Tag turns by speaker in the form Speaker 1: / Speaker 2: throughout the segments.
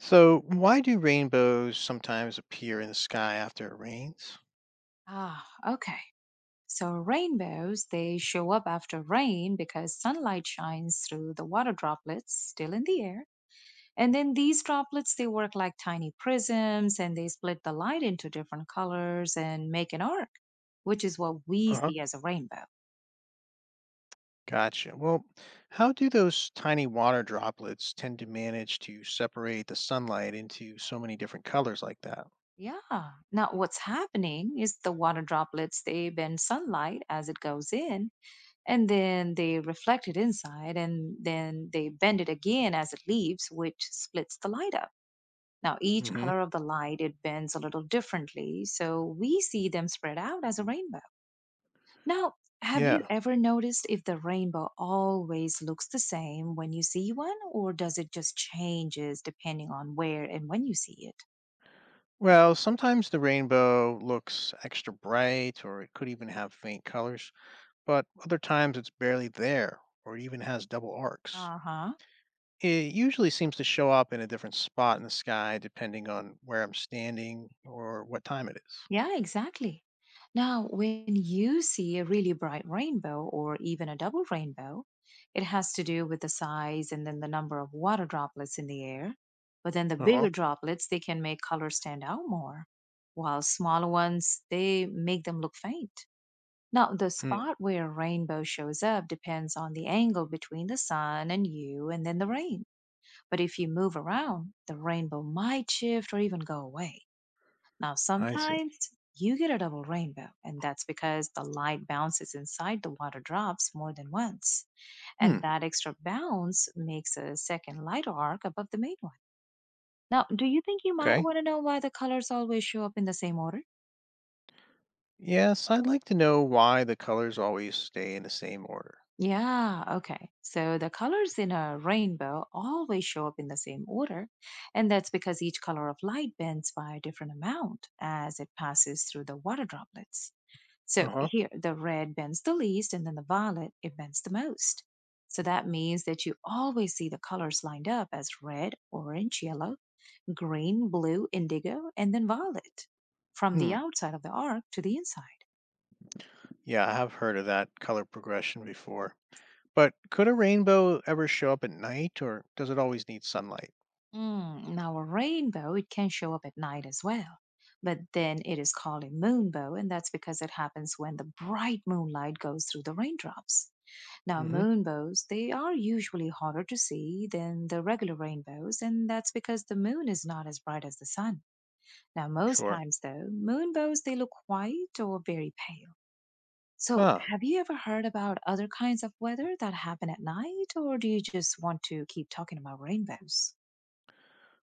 Speaker 1: So, why do rainbows sometimes appear in the sky after it rains?
Speaker 2: Ah, okay. So rainbows, they show up after rain because sunlight shines through the water droplets still in the air. And then these droplets, they work like tiny prisms and they split the light into different colors and make an arc, which is what
Speaker 1: Uh
Speaker 2: we
Speaker 1: huh.
Speaker 2: see as a rainbow.
Speaker 1: Gotcha. Well, how do those tiny water droplets tend to manage to separate the sunlight into so many different colors like that?
Speaker 2: Yeah. Now, what's happening is the water droplets, they bend sunlight as it goes in, and then they reflect it inside, and then they bend it again as it leaves, which splits the light up. Now, each
Speaker 1: Hmm.
Speaker 2: color of the light, it bends a little differently, so we see them spread out as a rainbow. Now, have you
Speaker 1: Yeah.
Speaker 2: ever noticed if the rainbow always looks the same when you see one, or does it just changes depending on where and when you see it?
Speaker 1: Well, sometimes the rainbow looks extra bright or it could even have faint colors, but other times it's barely there or even has double arcs.
Speaker 2: Uh huh.
Speaker 1: It usually seems to show up in a different spot in the sky depending on where I'm standing or what time it is.
Speaker 2: Yeah, exactly. Now, when you see a really bright rainbow or even a double rainbow, it has to do with the size and then the number of water droplets in the air. But then the
Speaker 1: Uh-huh.
Speaker 2: bigger droplets, they can make colors stand out more, while smaller ones, they make them look faint. Now, the
Speaker 1: Hmm.
Speaker 2: spot where a rainbow shows up depends on the angle between the sun and you and then the rain. But if you move around, the rainbow might shift or even go away. Now,
Speaker 1: I see.
Speaker 2: sometimes you get a double rainbow, and that's because the light bounces inside the water drops more than once. And
Speaker 1: Hmm.
Speaker 2: that extra bounce makes a second light arc above the main one. Now, do you think you might
Speaker 1: Okay.
Speaker 2: want to know why the colors always show up in the same order?
Speaker 1: Yes, I'd like to know why the colors always stay in the same order.
Speaker 2: Yeah, okay. So the colors in a rainbow always show up in the same order, and that's because each color of light bends by a different amount as it passes through the water droplets. So
Speaker 1: Uh huh.
Speaker 2: here, the red bends the least, and then the violet, it bends the most. So that means that you always see the colors lined up as red, orange, yellow, green, blue, indigo, and then violet from the
Speaker 1: Hmm.
Speaker 2: outside of the arc to the inside.
Speaker 1: Yeah, I have heard of that color progression before. But could a rainbow ever show up at night, or does it always need sunlight?
Speaker 2: Mm, now, a rainbow, it can show up at night as well, but then it is called a moonbow, and that's because it happens when the bright moonlight goes through the raindrops. Now,
Speaker 1: Mm hmm.
Speaker 2: moonbows, they are usually harder to see than the regular rainbows, and that's because the moon is not as bright as the sun. Now, most
Speaker 1: Sure.
Speaker 2: times though, moonbows, they look white or very pale. So,
Speaker 1: Ah,
Speaker 2: have you ever heard about other kinds of weather that happen at night, or do you just want to keep talking about rainbows?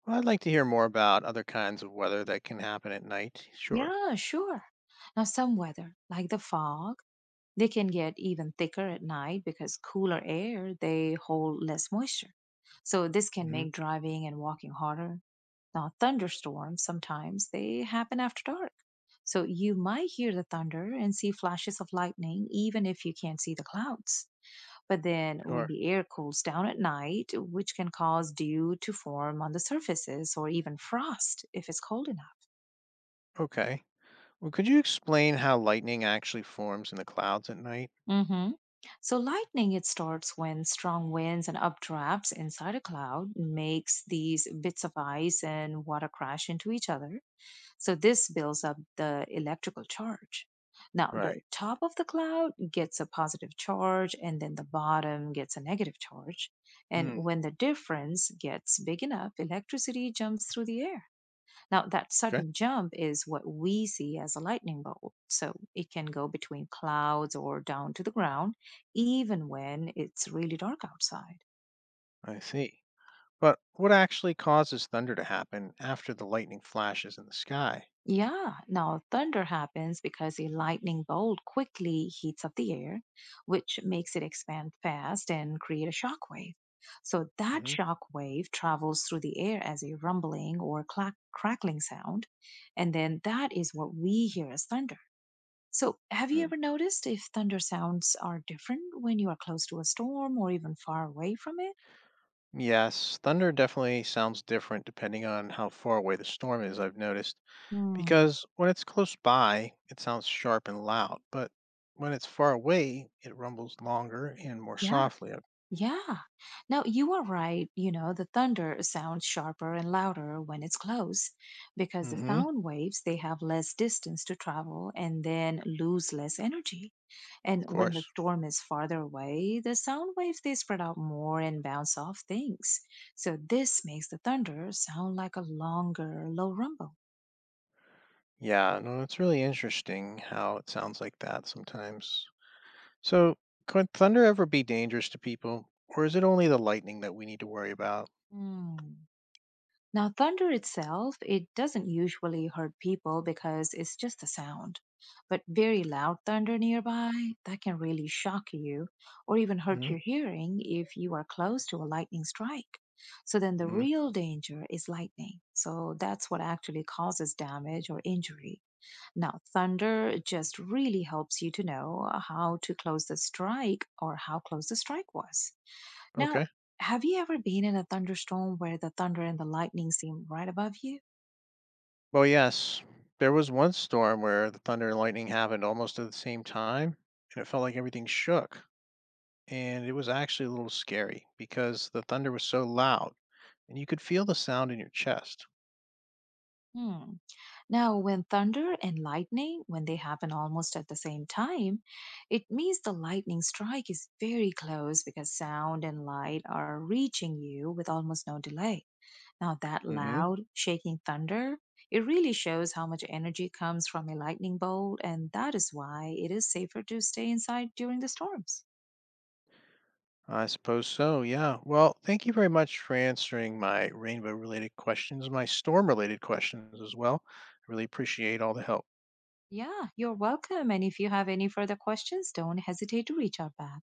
Speaker 1: well, I'd like to hear more about other kinds of weather that can happen at night. Sure.
Speaker 2: Yeah, sure. Now, some weather, like the fog, they can get even thicker at night because cooler air, they hold less moisture. So this
Speaker 1: Mm
Speaker 2: can
Speaker 1: hmm.
Speaker 2: make driving and walking harder. Now, thunderstorms sometimes they happen after dark. So you might hear the thunder and see flashes of lightning even if you can't see the clouds. But then when
Speaker 1: Sure.
Speaker 2: the air cools down at night, which can cause dew to form on the surfaces or even frost if it's cold enough.
Speaker 1: Okay. Well, could you explain how lightning actually forms in the clouds at night?
Speaker 2: Hmm. So lightning, it starts when strong winds and updrafts inside a cloud makes these bits of ice and water crash into each other. So this builds up the electrical charge. Now, the
Speaker 1: Right.
Speaker 2: top of the cloud gets a positive charge, and then the bottom gets a negative charge. And
Speaker 1: Hmm.
Speaker 2: when the difference gets big enough, electricity jumps through the air. Now, that
Speaker 1: Okay.
Speaker 2: sudden jump is what we see as a lightning bolt. So it can go between clouds or down to the ground, even when it's really dark outside.
Speaker 1: I see. But what actually causes thunder to happen after the lightning flashes in the sky?
Speaker 2: Yeah, now thunder happens because a lightning bolt quickly heats up the air, which makes it expand fast and create a shock wave. So that
Speaker 1: Hmm.
Speaker 2: shock wave travels through the air as a rumbling or crackling sound, and then that is what we hear as thunder. So, have you
Speaker 1: Mm.
Speaker 2: ever noticed if thunder sounds are different when you are close to a storm or even far away from it?
Speaker 1: Yes, thunder definitely sounds different depending on how far away the storm is, I've noticed,
Speaker 2: Hmm.
Speaker 1: because when it's close by, it sounds sharp and loud, but when it's far away, it rumbles longer and more
Speaker 2: Yeah.
Speaker 1: softly.
Speaker 2: Yeah. Now, you are right. You know, the thunder sounds sharper and louder when it's close because the
Speaker 1: Mm-hmm,
Speaker 2: sound waves, they have less distance to travel and then lose less energy. And
Speaker 1: of
Speaker 2: when the
Speaker 1: course.
Speaker 2: storm is farther away, the sound waves, they spread out more and bounce off things. So this makes the thunder sound like a longer, low rumble.
Speaker 1: Yeah, no, it's really interesting how it sounds like that sometimes. So, could thunder ever be dangerous to people, or is it only the lightning that we need to worry about?
Speaker 2: Hmm. Now, thunder itself, it doesn't usually hurt people because it's just a sound. But very loud thunder nearby, that can really shock you or even hurt your hearing if you are close to a lightning strike. So, then the
Speaker 1: Hmm.
Speaker 2: real danger is lightning. So, that's what actually causes damage or injury. Now, thunder just really helps you to know how to close the strike or how close the strike was.
Speaker 1: Okay.
Speaker 2: Now, have you ever been in a thunderstorm where the thunder and the lightning seem right above you?
Speaker 1: Well, yes, there was one storm where the thunder and lightning happened almost at the same time, and it felt like everything shook. And it was actually a little scary because the thunder was so loud and you could feel the sound in your chest.
Speaker 2: Hmm. Now, when thunder and lightning, when they happen almost at the same time, it means the lightning strike is very close because sound and light are reaching you with almost no delay. Now, that
Speaker 1: Hmm.
Speaker 2: loud, shaking thunder, it really shows how much energy comes from a lightning bolt, and that is why it is safer to stay inside during the storms.
Speaker 1: I suppose so, yeah. Well, thank you very much for answering my rainbow related questions, my storm related questions as well. I really appreciate all the help.
Speaker 2: Yeah, you're welcome. And if you have any further questions, don't hesitate to reach out back.